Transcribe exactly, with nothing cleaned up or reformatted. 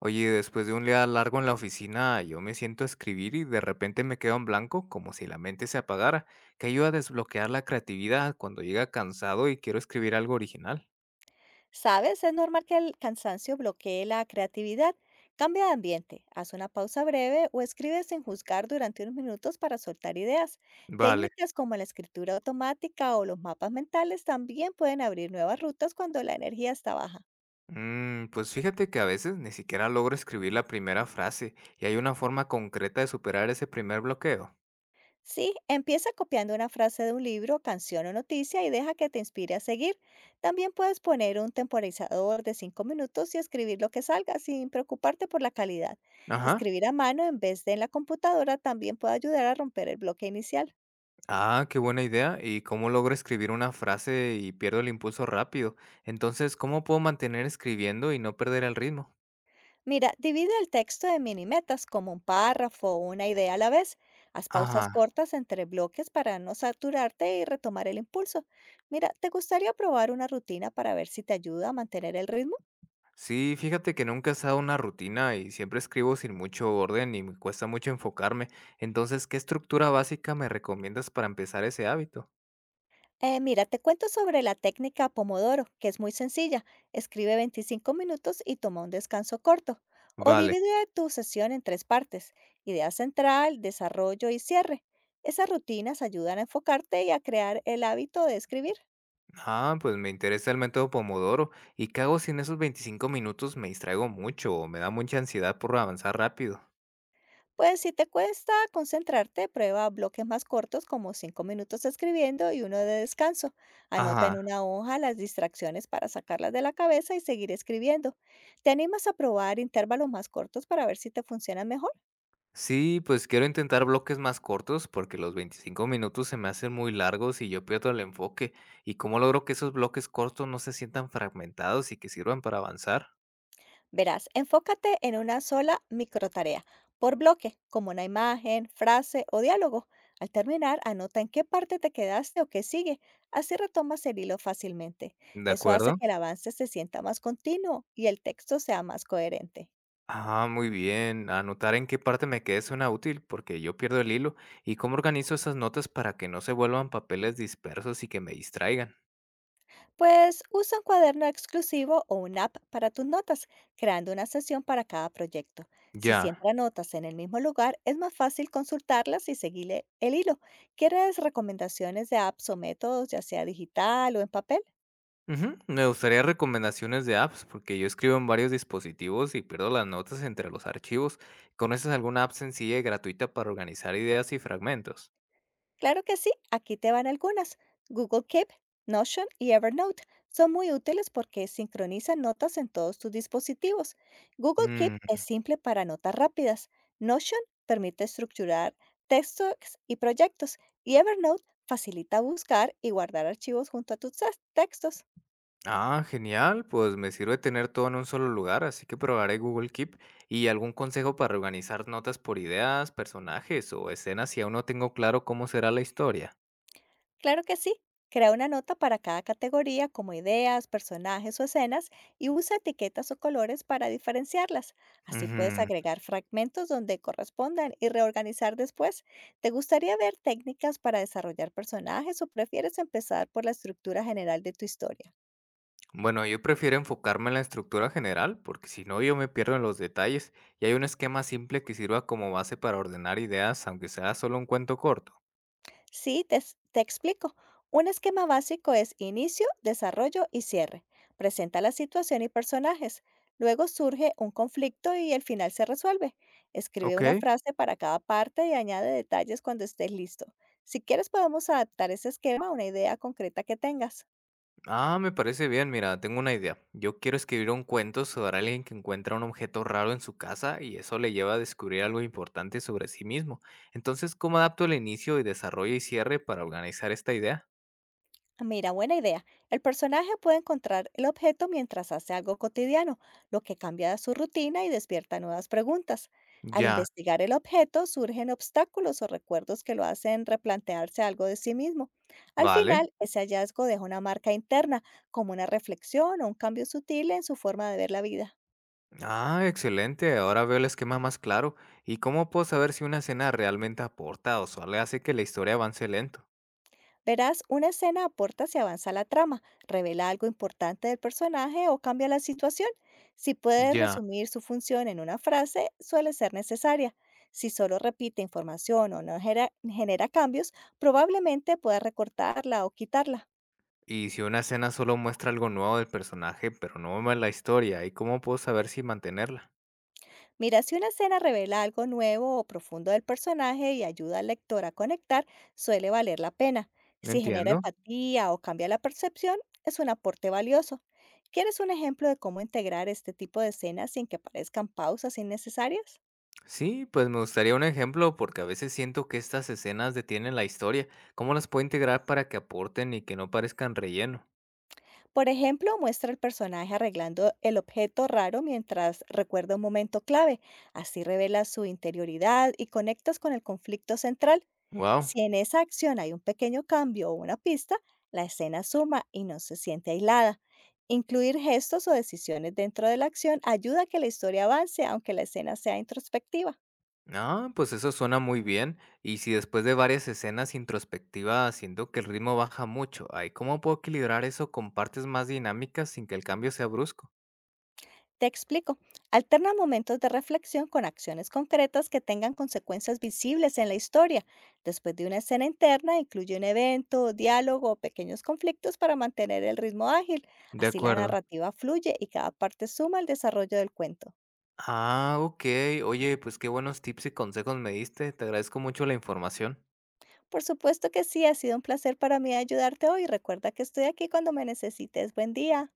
Oye, después de un día largo en la oficina, yo me siento a escribir y de repente me quedo en blanco, como si la mente se apagara. ¿Qué ayuda a desbloquear la creatividad cuando llega cansado y quiero escribir algo original? ¿Sabes? Es normal que el cansancio bloquee la creatividad. Cambia de ambiente, haz una pausa breve o escribe sin juzgar durante unos minutos para soltar ideas. Vale. Técnicas como la escritura automática o los mapas mentales también pueden abrir nuevas rutas cuando la energía está baja. Mm, pues fíjate que a veces ni siquiera logro escribir la primera frase y hay una forma concreta de superar ese primer bloqueo. Sí, empieza copiando una frase de un libro, canción o noticia y deja que te inspire a seguir. También puedes poner un temporizador de cinco minutos y escribir lo que salga sin preocuparte por la calidad. Ajá. Escribir a mano en vez de en la computadora también puede ayudar a romper el bloque inicial. Ah, qué buena idea. ¿Y cómo logro escribir una frase y pierdo el impulso rápido? Entonces, ¿cómo puedo mantener escribiendo y no perder el ritmo? Mira, divide el texto en mini metas como un párrafo o una idea a la vez. Haz pausas Ajá. cortas entre bloques para no saturarte y retomar el impulso. Mira, ¿te gustaría probar una rutina para ver si te ayuda a mantener el ritmo? Sí, fíjate que nunca he estado una rutina y siempre escribo sin mucho orden y me cuesta mucho enfocarme. Entonces, ¿qué estructura básica me recomiendas para empezar ese hábito? Eh, mira, te cuento sobre la técnica Pomodoro, que es muy sencilla. Escribe veinticinco minutos y toma un descanso corto. O Vale. divide tu sesión en tres partes, idea central, desarrollo y cierre. Esas rutinas ayudan a enfocarte y a crear el hábito de escribir. Ah, pues me interesa el método Pomodoro. ¿Y qué hago si en esos veinticinco minutos me distraigo mucho o me da mucha ansiedad por avanzar rápido? Pues si te cuesta concentrarte, prueba bloques más cortos como cinco minutos escribiendo y uno de descanso. Anota Ajá. en una hoja las distracciones para sacarlas de la cabeza y seguir escribiendo. ¿Te animas a probar intervalos más cortos para ver si te funcionan mejor? Sí, pues quiero intentar bloques más cortos porque los veinticinco minutos se me hacen muy largos y yo pierdo el enfoque. ¿Y cómo logro que esos bloques cortos no se sientan fragmentados y que sirvan para avanzar? Verás, enfócate en una sola microtarea por bloque, como una imagen, frase o diálogo. Al terminar, anota en qué parte te quedaste o qué sigue. Así retomas el hilo fácilmente. ¿De Eso hace acuerdo? que el avance se sienta más continuo y el texto sea más coherente. Ah, muy bien. Anotar en qué parte me quedé suena útil porque yo pierdo el hilo. ¿Y cómo organizo esas notas para que no se vuelvan papeles dispersos y que me distraigan? Pues usa un cuaderno exclusivo o una app para tus notas, creando una sesión para cada proyecto. Si Ya. siempre anotas en el mismo lugar, es más fácil consultarlas y seguirle el hilo. ¿Quieres recomendaciones de apps o métodos, ya sea digital o en papel? Ujú, me gustaría recomendaciones de apps porque yo escribo en varios dispositivos y pierdo las notas entre los archivos. ¿Conoces alguna app sencilla y gratuita para organizar ideas y fragmentos? Claro que sí, aquí te van algunas. Google Keep, Notion y Evernote son muy útiles porque sincronizan notas en todos tus dispositivos. Google Keep es simple para notas rápidas. Notion permite estructurar textos y proyectos y Evernote facilita buscar y guardar archivos junto a tus tex- textos. Ah, genial, pues me sirve tener todo en un solo lugar, así que probaré Google Keep. ¿Y algún consejo para organizar notas por ideas, personajes o escenas si aún no tengo claro cómo será la historia? Claro que sí. Crea una nota para cada categoría como ideas, personajes o escenas y usa etiquetas o colores para diferenciarlas. Así puedes Ujú. agregar fragmentos donde correspondan y reorganizar después. ¿Te gustaría ver técnicas para desarrollar personajes o prefieres empezar por la estructura general de tu historia? Bueno, yo prefiero enfocarme en la estructura general, porque si no yo me pierdo en los detalles y hay un esquema simple que sirva como base para ordenar ideas, aunque sea solo un cuento corto. Sí, te, s- te explico. Un esquema básico es inicio, desarrollo y cierre. Presenta la situación y personajes. Luego surge un conflicto y el final se resuelve. Escribe una Ok. frase para cada parte y añade detalles cuando estés listo. Si quieres, podemos adaptar ese esquema a una idea concreta que tengas. Ah, me parece bien, mira, tengo una idea. Yo quiero escribir un cuento sobre alguien que encuentra un objeto raro en su casa y eso le lleva a descubrir algo importante sobre sí mismo. Entonces, ¿cómo adapto el inicio y desarrollo y cierre para organizar esta idea? Mira, buena idea. El personaje puede encontrar el objeto mientras hace algo cotidiano, lo que cambia su rutina y despierta nuevas preguntas. Al Ya, investigar el objeto surgen obstáculos o recuerdos que lo hacen replantearse algo de sí mismo. Al vale. final, ese hallazgo deja una marca interna, como una reflexión o un cambio sutil en su forma de ver la vida. Ah, excelente, ahora veo el esquema más claro. ¿Y cómo puedo saber si una escena realmente aporta o solo hace que la historia avance lento? Verás, una escena aporta si avanza la trama, revela algo importante del personaje o cambia la situación. Si puede Ya. resumir su función en una frase, suele ser necesaria. Si solo repite información o no genera, genera cambios, probablemente pueda recortarla o quitarla. Y si una escena solo muestra algo nuevo del personaje, pero no mueve la historia, ¿y cómo puedo saber si mantenerla? Mira, si una escena revela algo nuevo o profundo del personaje y ayuda al lector a conectar, suele valer la pena. Si genera Entiendo. empatía o cambia la percepción, es un aporte valioso. ¿Quieres un ejemplo de cómo integrar este tipo de escenas sin que parezcan pausas innecesarias? Sí, pues me gustaría un ejemplo porque a veces siento que estas escenas detienen la historia. ¿Cómo las puedo integrar para que aporten y que no parezcan relleno? Por ejemplo, muestra al personaje arreglando el objeto raro mientras recuerda un momento clave. Así revela su interioridad y conectas con el conflicto central. Wow. Si en esa acción hay un pequeño cambio o una pista, la escena suma y no se siente aislada. Incluir gestos o decisiones dentro de la acción ayuda a que la historia avance aunque la escena sea introspectiva. Ah, pues eso suena muy bien. Y si después de varias escenas introspectivas siento que el ritmo baja mucho, ay, ¿cómo puedo equilibrar eso con partes más dinámicas sin que el cambio sea brusco? Te explico. Alterna momentos de reflexión con acciones concretas que tengan consecuencias visibles en la historia. Después de una escena interna, incluye un evento, diálogo o pequeños conflictos para mantener el ritmo ágil. De Así la acuerdo. narrativa fluye y cada parte suma al desarrollo del cuento. Ah, ok. Oye, pues qué buenos tips y consejos me diste. Te agradezco mucho la información. Por supuesto que sí, ha sido un placer para mí ayudarte hoy. Recuerda que estoy aquí cuando me necesites. Buen día.